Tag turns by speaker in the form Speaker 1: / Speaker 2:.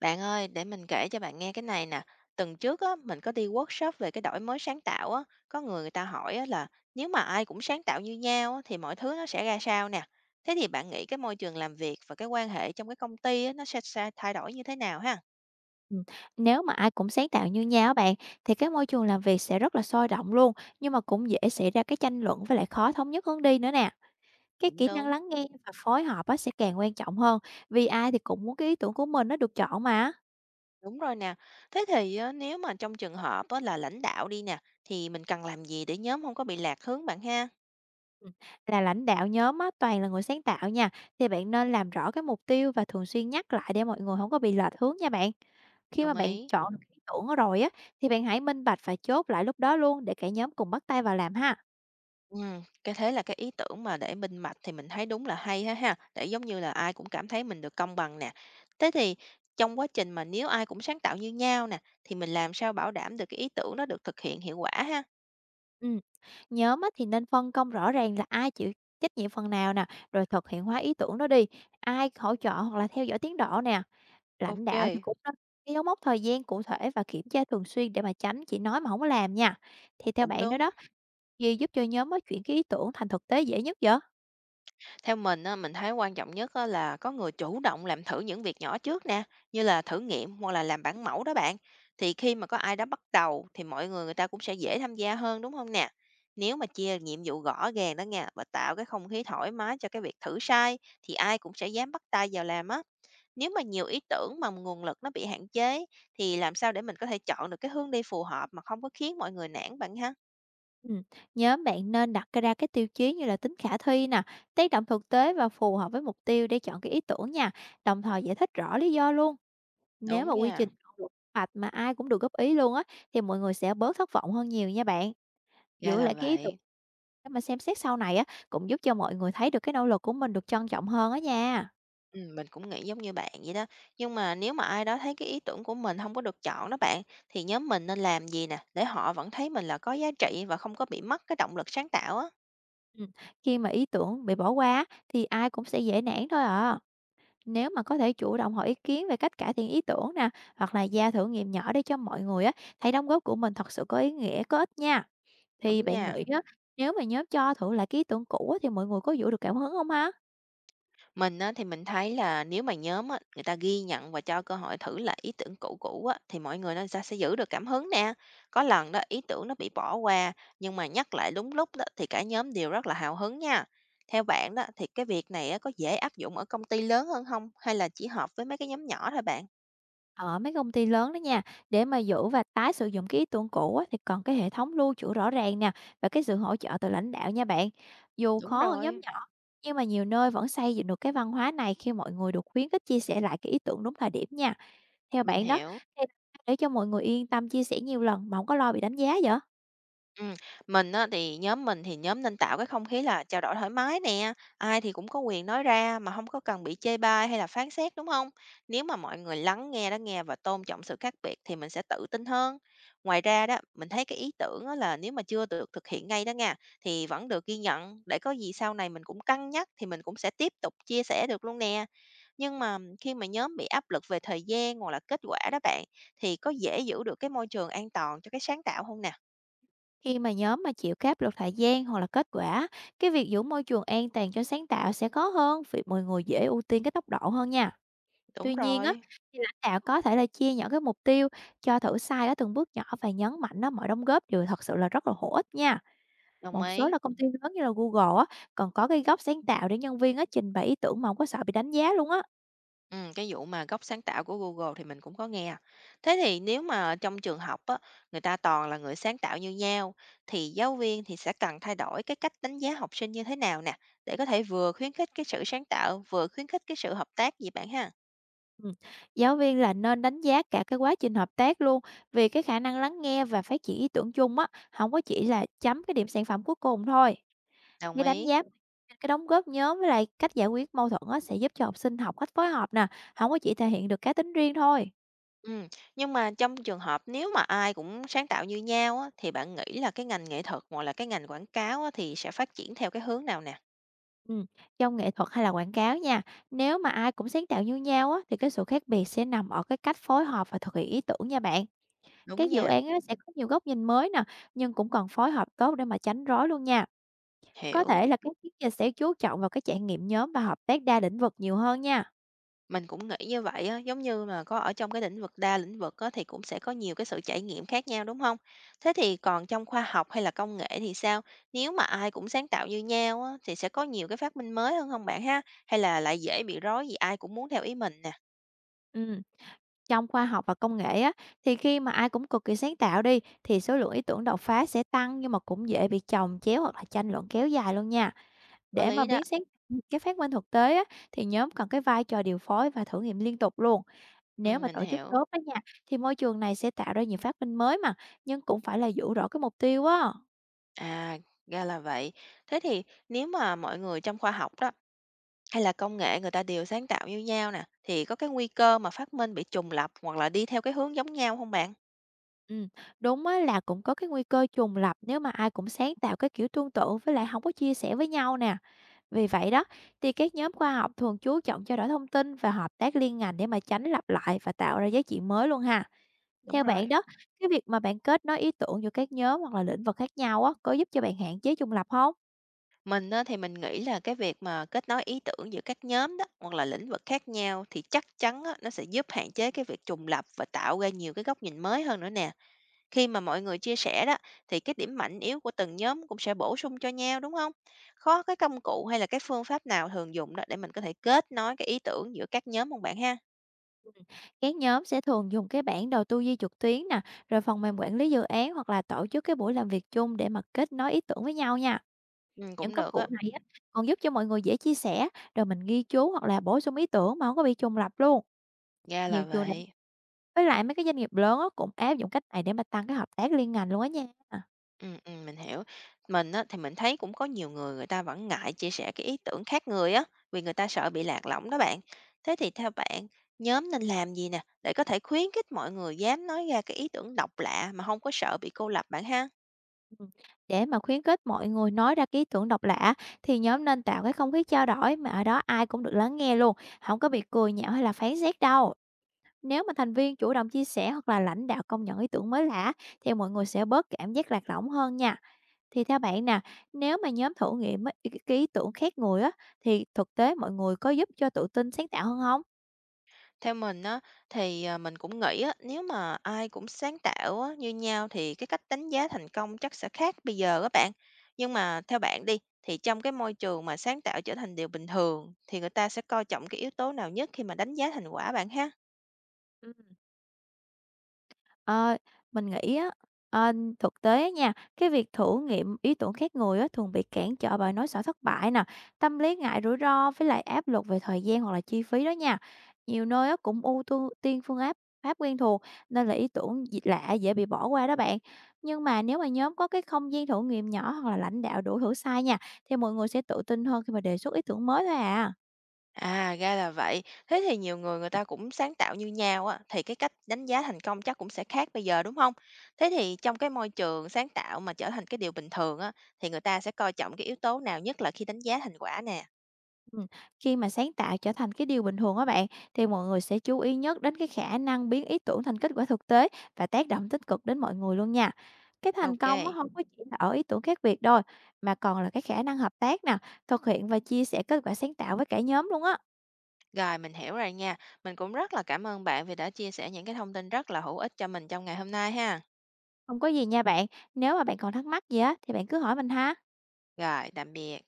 Speaker 1: Bạn ơi, để mình kể cho bạn nghe cái này nè. Tuần trước á, mình có đi workshop về cái đổi mới sáng tạo á, có người người ta hỏi á, là nếu mà ai cũng sáng tạo như nhau á, thì mọi thứ nó sẽ ra sao nè. Thế thì bạn nghĩ cái môi trường làm việc và cái quan hệ trong cái công ty á, nó sẽ thay đổi như thế nào ha?
Speaker 2: Ừm, nếu mà ai cũng sáng tạo như nhau á bạn, thì cái môi trường làm việc sẽ rất là sôi động luôn, nhưng mà cũng dễ xảy ra cái tranh luận với lại khó thống nhất hướng đi nữa nè. Cái
Speaker 1: Cũng
Speaker 2: kỹ năng
Speaker 1: đúng,
Speaker 2: lắng nghe và phối hợp á sẽ càng quan trọng hơn, vì ai thì cũng muốn cái ý tưởng của mình nó được chọn mà.
Speaker 1: đúng rồi nè. Thế thì á, nếu mà trong trường hợp á, là lãnh đạo đi nè, thì mình cần làm gì để nhóm không có bị lạc hướng bạn ha?
Speaker 2: Ừm, là lãnh đạo nhóm á, toàn là người sáng tạo nha, thì bạn nên làm rõ cái mục tiêu và thường xuyên nhắc lại để mọi người không có bị lệch hướng nha bạn. Khi
Speaker 1: Đồng
Speaker 2: mà bạn
Speaker 1: ý.
Speaker 2: chọn được ý tưởng rồi á, thì bạn hãy minh bạch và chốt lại lúc đó luôn để cả nhóm cùng bắt tay vào làm ha.
Speaker 1: Cái thế là cái ý tưởng mà để minh bạch thì mình thấy đúng là hay ha ha, để giống như là ai cũng cảm thấy mình được công bằng nè. Thế thì trong quá trình mà nếu ai cũng sáng tạo như nhau nè, thì mình làm sao bảo đảm được cái ý tưởng nó được thực hiện hiệu quả ha?
Speaker 2: Ừm, nhóm á thì nên phân công rõ ràng là ai chịu trách nhiệm phần nào nè, rồi thực hiện hóa ý tưởng đó đi, ai hỗ trợ hoặc là theo dõi tiến độ nè. Lãnh
Speaker 1: Ok,
Speaker 2: đạo thì cũng nên cái dấu mốc thời gian cụ thể và kiểm tra thường xuyên để mà tránh chỉ nói mà không có làm nha. Thì theo
Speaker 1: cũng
Speaker 2: bạn nữa
Speaker 1: đúng.
Speaker 2: đó, gì giúp cho nhóm á chuyển cái ý tưởng thành thực tế dễ nhất vậy?
Speaker 1: Theo mình á, mình thấy quan trọng nhất á là có người chủ động làm thử những việc nhỏ trước nè, như là thử nghiệm hoặc là làm bản mẫu đó bạn. Thì khi mà có ai đó bắt đầu thì mọi người người ta cũng sẽ dễ tham gia hơn đúng không nè? Nếu mà chia nhiệm vụ rõ ràng đó nha và tạo cái không khí thoải mái cho cái việc thử sai thì ai cũng sẽ dám bắt tay vào làm á. Nếu mà nhiều ý tưởng mà nguồn lực nó bị hạn chế thì làm sao để mình có thể chọn được cái hướng đi phù hợp mà không có khiến mọi người nản bạn ha?
Speaker 2: Ừm, nhóm bạn nên đặt ra cái tiêu chí như là tính khả thi nè, tác động thực tế và phù hợp với mục tiêu để chọn cái ý tưởng nha, đồng thời giải thích rõ lý do luôn. Nếu
Speaker 1: Đúng
Speaker 2: mà quy trình
Speaker 1: nha.
Speaker 2: không được mạch mà ai cũng được góp ý luôn á, thì mọi người sẽ bớt thất vọng hơn nhiều nha bạn.
Speaker 1: Ra
Speaker 2: Giữ
Speaker 1: là
Speaker 2: lại cái ý tưởng
Speaker 1: vậy.
Speaker 2: để mà xem xét sau này á, cũng giúp cho mọi người thấy được cái nỗ lực của mình được trân trọng hơn á nha.
Speaker 1: Mình cũng nghĩ giống như bạn vậy đó. Nhưng mà nếu mà ai đó thấy cái ý tưởng của mình không có được chọn đó bạn, thì nhóm mình nên làm gì nè, để họ vẫn thấy mình là có giá trị và không có bị mất cái động lực sáng tạo á?
Speaker 2: Ừm, khi mà ý tưởng bị bỏ qua á, thì ai cũng sẽ dễ nản thôi à. Nếu mà có thể chủ động hỏi ý kiến về cách cải thiện ý tưởng nè, hoặc là giao thử nghiệm nhỏ để cho mọi người á, thấy đóng góp của mình thật sự có ý nghĩa, có ích nha. Thì
Speaker 1: Đúng
Speaker 2: bạn
Speaker 1: nha.
Speaker 2: nghĩ á, nếu mà nhóm cho thử lại cái ý tưởng cũ á, thì mọi người có giữ được cảm hứng không ha?
Speaker 1: Mình á, thì mình thấy là nếu mà nhóm á, người ta ghi nhận và cho cơ hội thử lại ý tưởng cũ cũ á, thì mọi người nó sẽ giữ được cảm hứng nè. Có lần đó ý tưởng nó bị bỏ qua, nhưng mà nhắc lại đúng lúc đó thì cả nhóm đều rất là hào hứng nha. Theo bạn đó thì cái việc này á, có dễ áp dụng ở công ty lớn hơn không? Hay là chỉ hợp với mấy cái nhóm nhỏ thôi bạn?
Speaker 2: Ở mấy công ty lớn đó nha, để mà giữ và tái sử dụng cái ý tưởng cũ á, thì còn cái hệ thống lưu trữ rõ ràng nè và cái sự hỗ trợ từ lãnh đạo nha bạn. Dù
Speaker 1: Đúng
Speaker 2: khó hơn
Speaker 1: rồi,
Speaker 2: nhóm nhỏ, nhưng mà nhiều nơi vẫn xây dựng được cái văn hóa này khi mọi người được khuyến khích chia sẻ lại cái ý tưởng đúng thời điểm nha. Theo
Speaker 1: mình
Speaker 2: bạn đó,
Speaker 1: hiểu.
Speaker 2: thì để cho mọi người yên tâm chia sẻ nhiều lần mà không có lo bị đánh giá vậy?
Speaker 1: Ừm, mình á thì nhóm nên tạo cái không khí là trao đổi thoải mái nè, ai thì cũng có quyền nói ra mà không có cần bị chê bai hay là phán xét, đúng không? Nếu mà mọi người lắng nghe và tôn trọng sự khác biệt thì mình sẽ tự tin hơn. Ngoài ra đó, mình thấy cái ý tưởng á là nếu mà chưa được thực hiện ngay đó nha, thì vẫn được ghi nhận để có gì sau này mình cũng cân nhắc thì mình cũng sẽ tiếp tục chia sẻ được luôn nè. Nhưng mà khi mà nhóm bị áp lực về thời gian hoặc là kết quả đó bạn, thì có dễ giữ được cái môi trường an toàn cho cái sáng tạo không nè?
Speaker 2: Khi mà nhóm mà chịu cái áp lực thời gian hoặc là kết quả, cái việc giữ môi trường an toàn cho sáng tạo sẽ khó hơn vì mọi người dễ ưu tiên cái tốc độ hơn nha.
Speaker 1: Đúng
Speaker 2: Tuy nhiên á,
Speaker 1: rồi,
Speaker 2: thì lãnh đạo có thể là chia nhỏ cái mục tiêu, cho thử sai ở từng bước nhỏ và nhấn mạnh đó mọi đóng góp đều thật sự là rất là hữu ích nha.
Speaker 1: đồng
Speaker 2: Một số
Speaker 1: ý.
Speaker 2: là công ty lớn như là Google á, còn có cái góc sáng tạo để nhân viên á, trình bày ý tưởng mà không có sợ bị đánh giá luôn á.
Speaker 1: Ừ, cái vụ mà gốc sáng tạo của Google thì mình cũng có nghe. Thế thì nếu mà ở trong trường học á, người ta toàn là người sáng tạo như nhau, thì giáo viên thì sẽ cần thay đổi cái cách đánh giá học sinh như thế nào nè, để có thể vừa khuyến khích cái sự sáng tạo, vừa khuyến khích cái sự hợp tác gì bạn ha?
Speaker 2: Ừm, giáo viên là nên đánh giá cả cái quá trình hợp tác luôn, vì cái khả năng lắng nghe và phát triển ý tưởng chung á, không có chỉ là chấm cái điểm sản phẩm cuối cùng thôi.
Speaker 1: Đồng
Speaker 2: Cái đánh
Speaker 1: ý.
Speaker 2: giá cái đóng góp nhóm với lại cách giải quyết mâu thuẫn á, sẽ giúp cho học sinh học cách phối hợp nè, không có chỉ thể hiện được cá tính riêng thôi.
Speaker 1: Ừ, nhưng mà trong trường hợp nếu mà ai cũng sáng tạo như nhau á, thì bạn nghĩ là cái ngành nghệ thuật hoặc là cái ngành quảng cáo á, thì sẽ phát triển theo cái hướng nào nè?
Speaker 2: Ừm, trong nghệ thuật hay là quảng cáo nha, nếu mà ai cũng sáng tạo như nhau á, thì cái sự khác biệt sẽ nằm ở cái cách phối hợp và thực hiện ý tưởng nha bạn.
Speaker 1: Đúng
Speaker 2: Các dự
Speaker 1: nha,
Speaker 2: án á, sẽ có nhiều góc nhìn mới nè, nhưng cũng cần phối hợp tốt để mà tránh rối luôn nha. Có
Speaker 1: hiểu.
Speaker 2: thể là các chiến gia sẽ chú trọng vào cái trải nghiệm nhóm và hợp tác đa lĩnh vực nhiều hơn nha.
Speaker 1: Mình cũng nghĩ như vậy á, giống như mà có ở trong cái lĩnh vực đa lĩnh vực á, thì cũng sẽ có nhiều cái sự trải nghiệm khác nhau, đúng không? Thế thì còn trong khoa học hay là công nghệ thì sao? Nếu mà ai cũng sáng tạo như nhau á, thì sẽ có nhiều cái phát minh mới hơn không bạn ha? Hay là lại dễ bị rối vì ai cũng muốn theo ý mình nè?
Speaker 2: Ừm, trong khoa học và công nghệ á, thì khi mà ai cũng cực kỳ sáng tạo đi, thì số lượng ý tưởng đột phá sẽ tăng nhưng mà cũng dễ bị chồng chéo hoặc là tranh luận kéo dài luôn nha.
Speaker 1: Có
Speaker 2: Để mà
Speaker 1: lý đó.
Speaker 2: biến sáng cái phát minh thực tế á, thì nhóm cần cái vai trò điều phối và thử nghiệm liên tục luôn. Nếu mà
Speaker 1: Mình
Speaker 2: tổ chức
Speaker 1: hiểu.
Speaker 2: tốt á nha, thì môi trường này sẽ tạo ra nhiều phát minh mới mà, nhưng cũng phải là giữ rõ cái mục tiêu á.
Speaker 1: À, ra là vậy. Thế thì nếu mà mọi người trong khoa học đó, hay là công nghệ người ta đều sáng tạo như nhau nè, thì có cái nguy cơ mà phát minh bị trùng lặp hoặc là đi theo cái hướng giống nhau không bạn?
Speaker 2: Ừm, đúng á, là cũng có cái nguy cơ trùng lặp nếu mà ai cũng sáng tạo cái kiểu tương tự với lại không có chia sẻ với nhau nè. Vì vậy đó, thì các nhóm khoa học thường chú trọng trao đổi thông tin và hợp tác liên ngành để mà tránh lặp lại và tạo ra giá trị mới luôn ha.
Speaker 1: Đúng
Speaker 2: Theo
Speaker 1: rồi.
Speaker 2: bạn đó, cái việc mà bạn kết nối ý tưởng giữa các nhóm hoặc là lĩnh vực khác nhau á, có giúp cho bạn hạn chế trùng lặp không?
Speaker 1: Mình á, thì mình nghĩ là cái việc mà kết nối ý tưởng giữa các nhóm đó, hoặc là lĩnh vực khác nhau thì chắc chắn á, nó sẽ giúp hạn chế cái việc trùng lặp và tạo ra nhiều cái góc nhìn mới hơn nữa nè. Khi mà mọi người chia sẻ đó, thì cái điểm mạnh yếu của từng nhóm cũng sẽ bổ sung cho nhau đúng không? Khó cái công cụ hay là cái phương pháp nào thường dùng đó để mình có thể kết nối cái ý tưởng giữa các nhóm không bạn ha?
Speaker 2: Các nhóm sẽ thường dùng cái bản đầu tư duy trực tuyến nè, rồi phần mềm quản lý dự án hoặc là tổ chức cái buổi làm việc chung để mà kết nối ý tưởng với nhau nha.
Speaker 1: Ừ,
Speaker 2: Những
Speaker 1: cũng
Speaker 2: công
Speaker 1: được á.
Speaker 2: cụ này á, còn giúp cho mọi người dễ chia sẻ, rồi mình ghi chú hoặc là bổ sung ý tưởng mà không có bị trùng lặp luôn.
Speaker 1: Ra là
Speaker 2: Nhiều trường đại
Speaker 1: vậy.
Speaker 2: với lại mấy cái doanh nghiệp lớn á, cũng áp dụng cách này để mà tăng cái hợp tác liên ngành luôn á nha.
Speaker 1: Mình hiểu. Mình á, thì mình thấy cũng có nhiều người người ta vẫn ngại chia sẻ cái ý tưởng khác người á, vì người ta sợ bị lạc lõng đó bạn. Thế thì theo bạn, nhóm nên làm gì nè để có thể khuyến khích mọi người dám nói ra cái ý tưởng độc lạ mà không có sợ bị cô lập bạn ha?
Speaker 2: Ừm, để mà khuyến khích mọi người nói ra cái ý tưởng độc lạ thì nhóm nên tạo cái không khí trao đổi mà ở đó ai cũng được lắng nghe luôn, không có bị cười nhạo hay là phán xét đâu. Nếu mà thành viên chủ động chia sẻ hoặc là lãnh đạo công nhận ý tưởng mới lạ thì mọi người sẽ bớt cảm giác lạc lõng hơn nha. Thì theo bạn nè, nếu mà nhóm thử nghiệm á, cái ý tưởng khác người á, thì thực tế mọi người có giúp cho tự tin sáng tạo hơn không?
Speaker 1: Theo mình á, thì, à, mình cũng nghĩ á, nếu mà ai cũng sáng tạo á, như nhau thì cái cách đánh giá thành công chắc sẽ khác bây giờ các bạn. Nhưng mà theo bạn đi, thì trong cái môi trường mà sáng tạo trở thành điều bình thường, thì người ta sẽ coi trọng cái yếu tố nào nhất khi mà đánh giá thành quả bạn ha?
Speaker 2: Ờ, mình nghĩ á, ờ, thực tế á nha, cái việc thử nghiệm ý tưởng khác người á thường bị cản trở bởi nỗi sợ thất bại nè, tâm lý ngại rủi ro với lại áp lực về thời gian hoặc là chi phí đó nha. Nhiều nơi á cũng tiên phương áp pháp quen thuộc nên là ý tưởng lạ dễ bị bỏ qua đó bạn. Nhưng mà nếu mà nhóm có cái không gian thử nghiệm nhỏ hoặc là lãnh đạo đủ thử sai nha, thì mọi người sẽ tự tin hơn khi mà đề xuất ý tưởng mới thôi à.
Speaker 1: À, ra là vậy. Thế thì nhiều người người ta cũng sáng tạo như nhau á, thì cái cách đánh giá thành công chắc cũng sẽ khác bây giờ đúng không? Thế thì trong cái môi trường sáng tạo mà trở thành cái điều bình thường á, thì người ta sẽ coi trọng cái yếu tố nào nhất là khi đánh giá thành quả nè?
Speaker 2: Ừm, khi mà sáng tạo trở thành cái điều bình thường á bạn, thì mọi người sẽ chú ý nhất đến cái khả năng biến ý tưởng thành kết quả thực tế và tác động tích cực đến mọi người luôn nha. Cái thành công nó
Speaker 1: OK.
Speaker 2: không có chỉ là ở ý tưởng khác biệt thôi, mà còn là cái khả năng hợp tác nè, thực hiện và chia sẻ kết quả sáng tạo với cả nhóm luôn á.
Speaker 1: Rồi, mình hiểu rồi nha. Mình cũng rất là cảm ơn bạn vì đã chia sẻ những cái thông tin rất là hữu ích cho mình trong ngày hôm nay ha.
Speaker 2: Không có gì nha bạn, nếu mà bạn còn thắc mắc gì á thì bạn cứ hỏi mình ha.
Speaker 1: Rồi, tạm biệt.